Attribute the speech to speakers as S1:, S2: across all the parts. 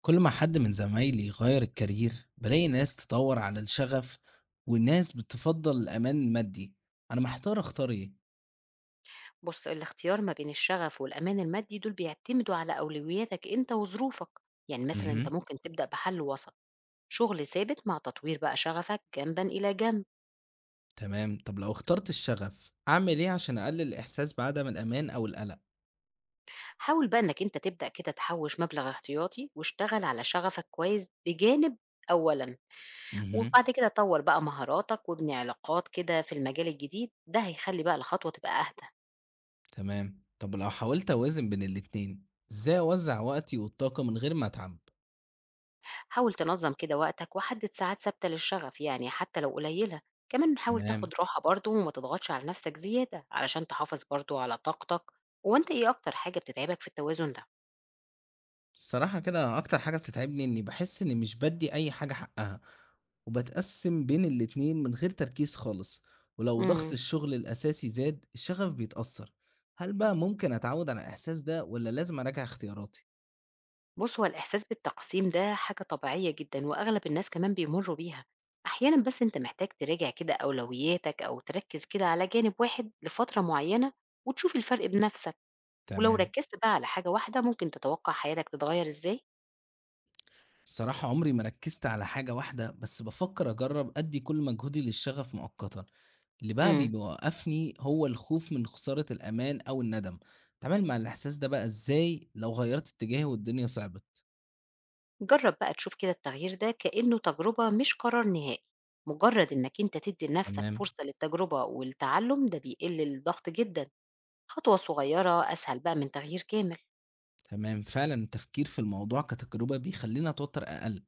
S1: كل ما حد من زمايلي غير الكارير بلاقي ناس تدور على الشغف، وناس بتفضل الأمان المادي. أنا محتار أختار إيه.
S2: بص، الاختيار ما بين الشغف والأمان المادي دول بيعتمدوا على أولوياتك أنت وظروفك. يعني مثلا أنت
S1: مهم.
S2: ممكن تبدأ بحل وسط، شغل ثابت مع تطوير بقى شغفك جنبا إلى جنب.
S1: تمام، طب لو اخترت الشغف أعمل إيه عشان أقلل الإحساس بعدم الأمان أو القلق؟
S2: حاول بقى أنك أنت تبدأ كده تحوش مبلغ احتياطي واشتغل على شغفك كويس بجانب أولا.
S1: مهم.
S2: وبعد كده طور بقى مهاراتك وابني علاقات كده في المجال الجديد، ده هيخلي بقى الخطوة تبقى أهدى.
S1: تمام، طب لو حاولت أوازن بين الاتنين، إزاي أوزع وقتي والطاقة من غير ما أتعب؟
S2: حاول تنظم كده وقتك وحدد ساعات ثابتة للشغف، يعني حتى لو قليلة. كمان حاول
S1: تمام.
S2: تاخد راحة برضو وما تضغطش على نفسك زيادة علشان تحافظ برضو على طاقتك. وانت ايه اكتر حاجة بتتعبك في التوازن ده؟
S1: الصراحة كده أكتر حاجة بتتعبني إني باحس إني مش بادّي أي حاجة حقها، وباتقسّم بين الاتنين من غير تركيز خالص، ولو ضغط
S2: امم
S1: الشغل الأساسي زاد الشغف بيتأثّر. هل بقى ممكن أتعوّد على الإحساس ده والّا لازم أراجع اختياراتي؟
S2: بص، هو الإحساس بالتقسيم ده حاجة طبيعية جدا، وأغلب الناس كمان بيمروا بيها. أحيانا بس أنت محتاج تراجع كده أولوياتك أو تركز كده على جانب واحد لفترة معينة وتشوف الفرق بنفسك. ولو
S1: تمام.
S2: ركزت بقى على حاجة واحدة، ممكن تتوقع حياتك تتغير إزاي؟
S1: الصراحة عمري ما ركّزت على حاجة واحدة، بس بافكّر أجرّب أدّي كل مجهودي للشغف مؤقتًا، اللي بقى
S2: مم.
S1: بيوقّفني هو الخوف من خسارة الأمان أو الندم. أتعامل مع الإحساس ده بقى إزاي لو غيّرت اتجاهي والدنيا صعبت؟
S2: جرب بقى تشوف كده التغيير ده كأنه تجربة مش قرار نهائي. مجرد انك انت تدي لنفسك
S1: تمام.
S2: فرصة للتجربة والتعلم، ده بيقلل الضغط جدا. خطوة صغيرة اسهل بقى من تغيير كامل.
S1: تمام، فعلا التفكير في الموضوع كتجربة بيخلينا توتر أقل.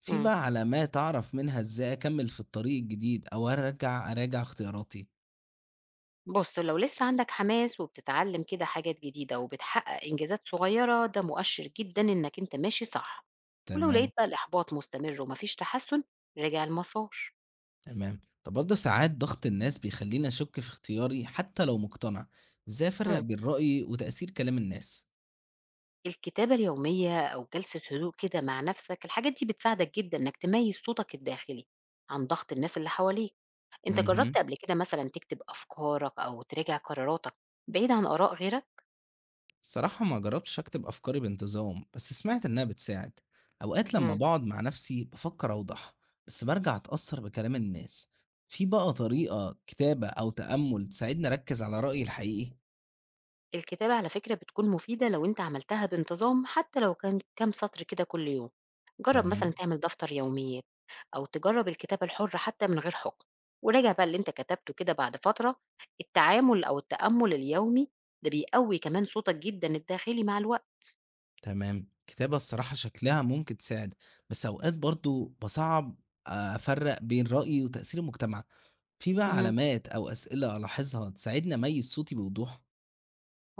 S1: في
S2: مم.
S1: بقى علامات أعرف منها إزاي أكمل في الطريق الجديد أو أرجع أراجع اختياراتي؟
S2: بص، لو لسه عندك حماس وبتتعلم كده حاجات جديدة وبتحقق انجازات صغيرة، ده مؤشر جدا انك انت ماشي صح. ولو
S1: تمام.
S2: لقيت بقى الاحباط مستمر ومفيش تحسن، راجع المسار.
S1: تمام، طب برضه ساعات ضغط الناس بيخليني أشك في اختياري حتى لو مقتنع. إزاي أفرق
S2: مم.
S1: بين رأيي وتأثير كلام الناس؟
S2: الكتابة اليومية أو جلسة هدوء كده مع نفسك، الحاجات دي بتساعدك جدا إنك تميز صوتك الداخلي عن ضغط الناس اللي حواليك. أنت جربت قبل كده مثلا تكتب أفكارك أو تراجع قراراتك بعيد عن آراء غيرك؟
S1: الصراحة ما جربتش أكتب أفكاري بانتظام، بس سمعت إنها بتساعد. أوقات لما
S2: مم.
S1: بقعد مع نفسي بفكر أوضح، بس برجع أتأثر بكلام الناس. في بقى طريقة كتابة أو تأمل تساعدني أركز على رأيي الحقيقي؟
S2: الكتابة على فكرة بتكون مفيدة لو أنت عملتها بانتظام، حتى لو كان كام سطر كده كل يوم. جرب مثلا
S1: تمام.
S2: تعمل دفتر يوميات أو تجرب الكتابة الحرة حتى من غير حكم، وراجع بقى اللي أنت كتبته كده بعد فترة. التعامل أو التأمل اليومي ده بيقوي كمان صوتك جدا الداخلي مع الوقت.
S1: تمام، كتابة الصراحة شكلها ممكن تساعد، بس أوقات برضو بصعب أفرق بين رأيي وتأثير المجتمع. في بقى
S2: اهم.
S1: علامات أو أسئلة ألاحظها تساعدني أميز صوتي بوضوح؟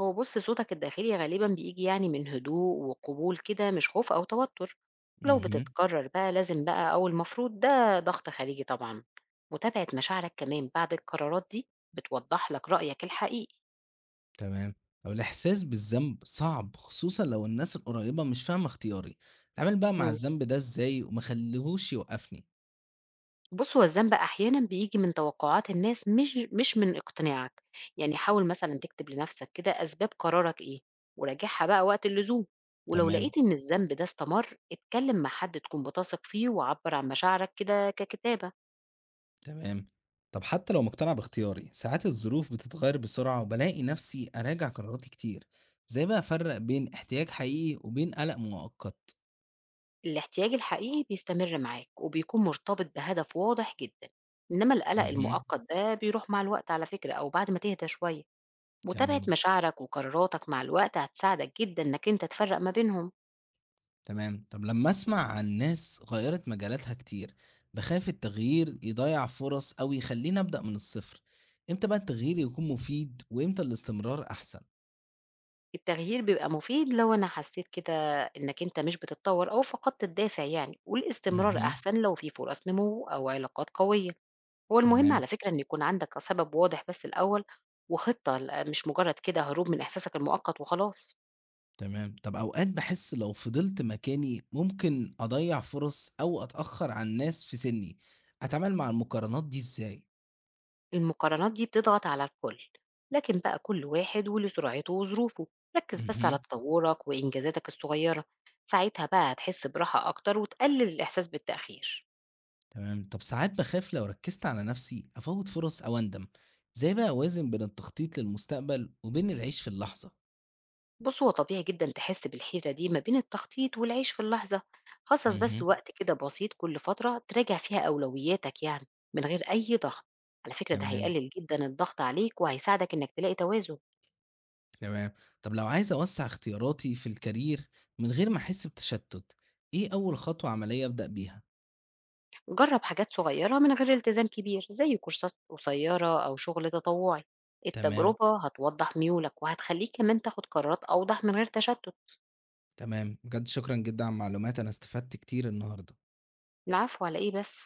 S2: هو بُص، صوتك الداخلي غالبًا بييجي يعني من هدوء وقبول كده، مش خوف أو توتر. ولو
S1: مهم.
S2: بتتكرر بقى لازم بقى أو المفروض، ده ضغط خارجي طبعًا. متابعة مشاعرك كمان بعد القرارات دي بتوضح لك رأيك الحقيقي.
S1: تمام. هو الإحساس بالذنب صعب خصوصًا لو الناس القريبة مش فاهمة اختياري، أتعامل بقى مع
S2: إمم.
S1: الذنب ده إزاي وما أخلّيهوش يوقّفني؟
S2: بُص، هو الذنب بقى أحيانًا بييجي من توقعات الناس، مش من اقتناعك. يعني حاول مثلًا تكتب لنفسك كده أسباب قرارك إيه، وراجعها بقى وقت اللزوم. ولو
S1: تمام،
S2: لقيت إن الذنب ده استمر، اتكلم مع حد تكون بتثق فيه وعبّر عن مشاعرك كده ككتابة.
S1: تمام. طب حتى لو مقتنع باختياري، ساعات الظروف بتتغيّر بسرعة وبالاقي نفسي أراجع قراراتي كتير، إزاي بقى أفرّق بين احتياج حقيقي وبين قلق مؤقت؟
S2: الاحتياج الحقيقي بيستمر معاك وبيكون مرتبط بهدف واضح جدا، إنما القلق
S1: اهم.
S2: المؤقت ده بيروح مع الوقت على فكرة، أو بعد ما تهدى شوية. متابعة
S1: تمام.
S2: مشاعرك وقراراتك مع الوقت هتساعدك جدا إنك أنت تفرق ما بينهم.
S1: تمام، طب لمّا أسمع عن ناس غيّرت مجالاتها كتير، باخاف التغيير يضيّع فرص أو يخلّيني أبدأ من الصفر. إمتى بقى التغيير يكون مفيد وإمتى الاستمرار أحسن؟
S2: التغيير بيبقى مفيد لو أنا حسيت كده إنك أنت مش بتتطور أو فقدت الدافع، يعني، والاستمرار
S1: اهم.
S2: أحسن لو في فرص نمو أو علاقات قوية. هو المهم
S1: تمام.
S2: على فكرة إن يكون عندك سبب واضح بس الأول، وخطة، مش مجرد كده هروب من إحساسك المؤقت وخلاص.
S1: تمام، طب أوقات باحس لو فضلت مكاني ممكن أضيّع فرص أو أتأخّر عن ناس في سِنّي، أتعامل مع المقارنات دي إزاي؟
S2: المقارنات دي بتضغط على الكل، لكن بقى كل واحد وله سرعته وظروفه. ركز بس
S1: اهم.
S2: على تطورك وإنجازاتك الصغيرة، ساعتها بقى هتحس براحة أكتر وتقلل الإحساس بالتأخير.
S1: تمام، طب ساعات باخاف لو ركّزت على نفسي أفوّت فرص أو أندم، إزاي بقى أوازن بين التخطيط للمستقبل وبين العيش في اللحظة؟
S2: بص، هو طبيعي جدا تحس بالحيرة دي ما بين التخطيط والعيش في اللحظة. خصص بس
S1: اهم.
S2: وقت كده بسيط كل فترة تراجع فيها أولوياتك، يعني من غير أي ضغط. على فكرة ده
S1: تمام،
S2: هيقلل جدا الضغط عليك وهيساعدك إنك تلاقي توازن.
S1: تمام. طب لو عايز أوسّع اختياراتي في الكارير من غير ما أحس بتشتُّت، إيه أول خطوة عملية أبدأ بيها؟
S2: جرب حاجات صغيرة من غير التزام كبير، زي كورسات قصيرة أو شغل تطوعي.
S1: تمام،
S2: التجربة هتوضح ميولك وهتخليك كمان تاخد قرارات أوضح من غير تشتت.
S1: تمام. بجد شكرًا جدًا على المعلومات، أنا استفدت كتير النهارده.
S2: العفو، على إيه بس؟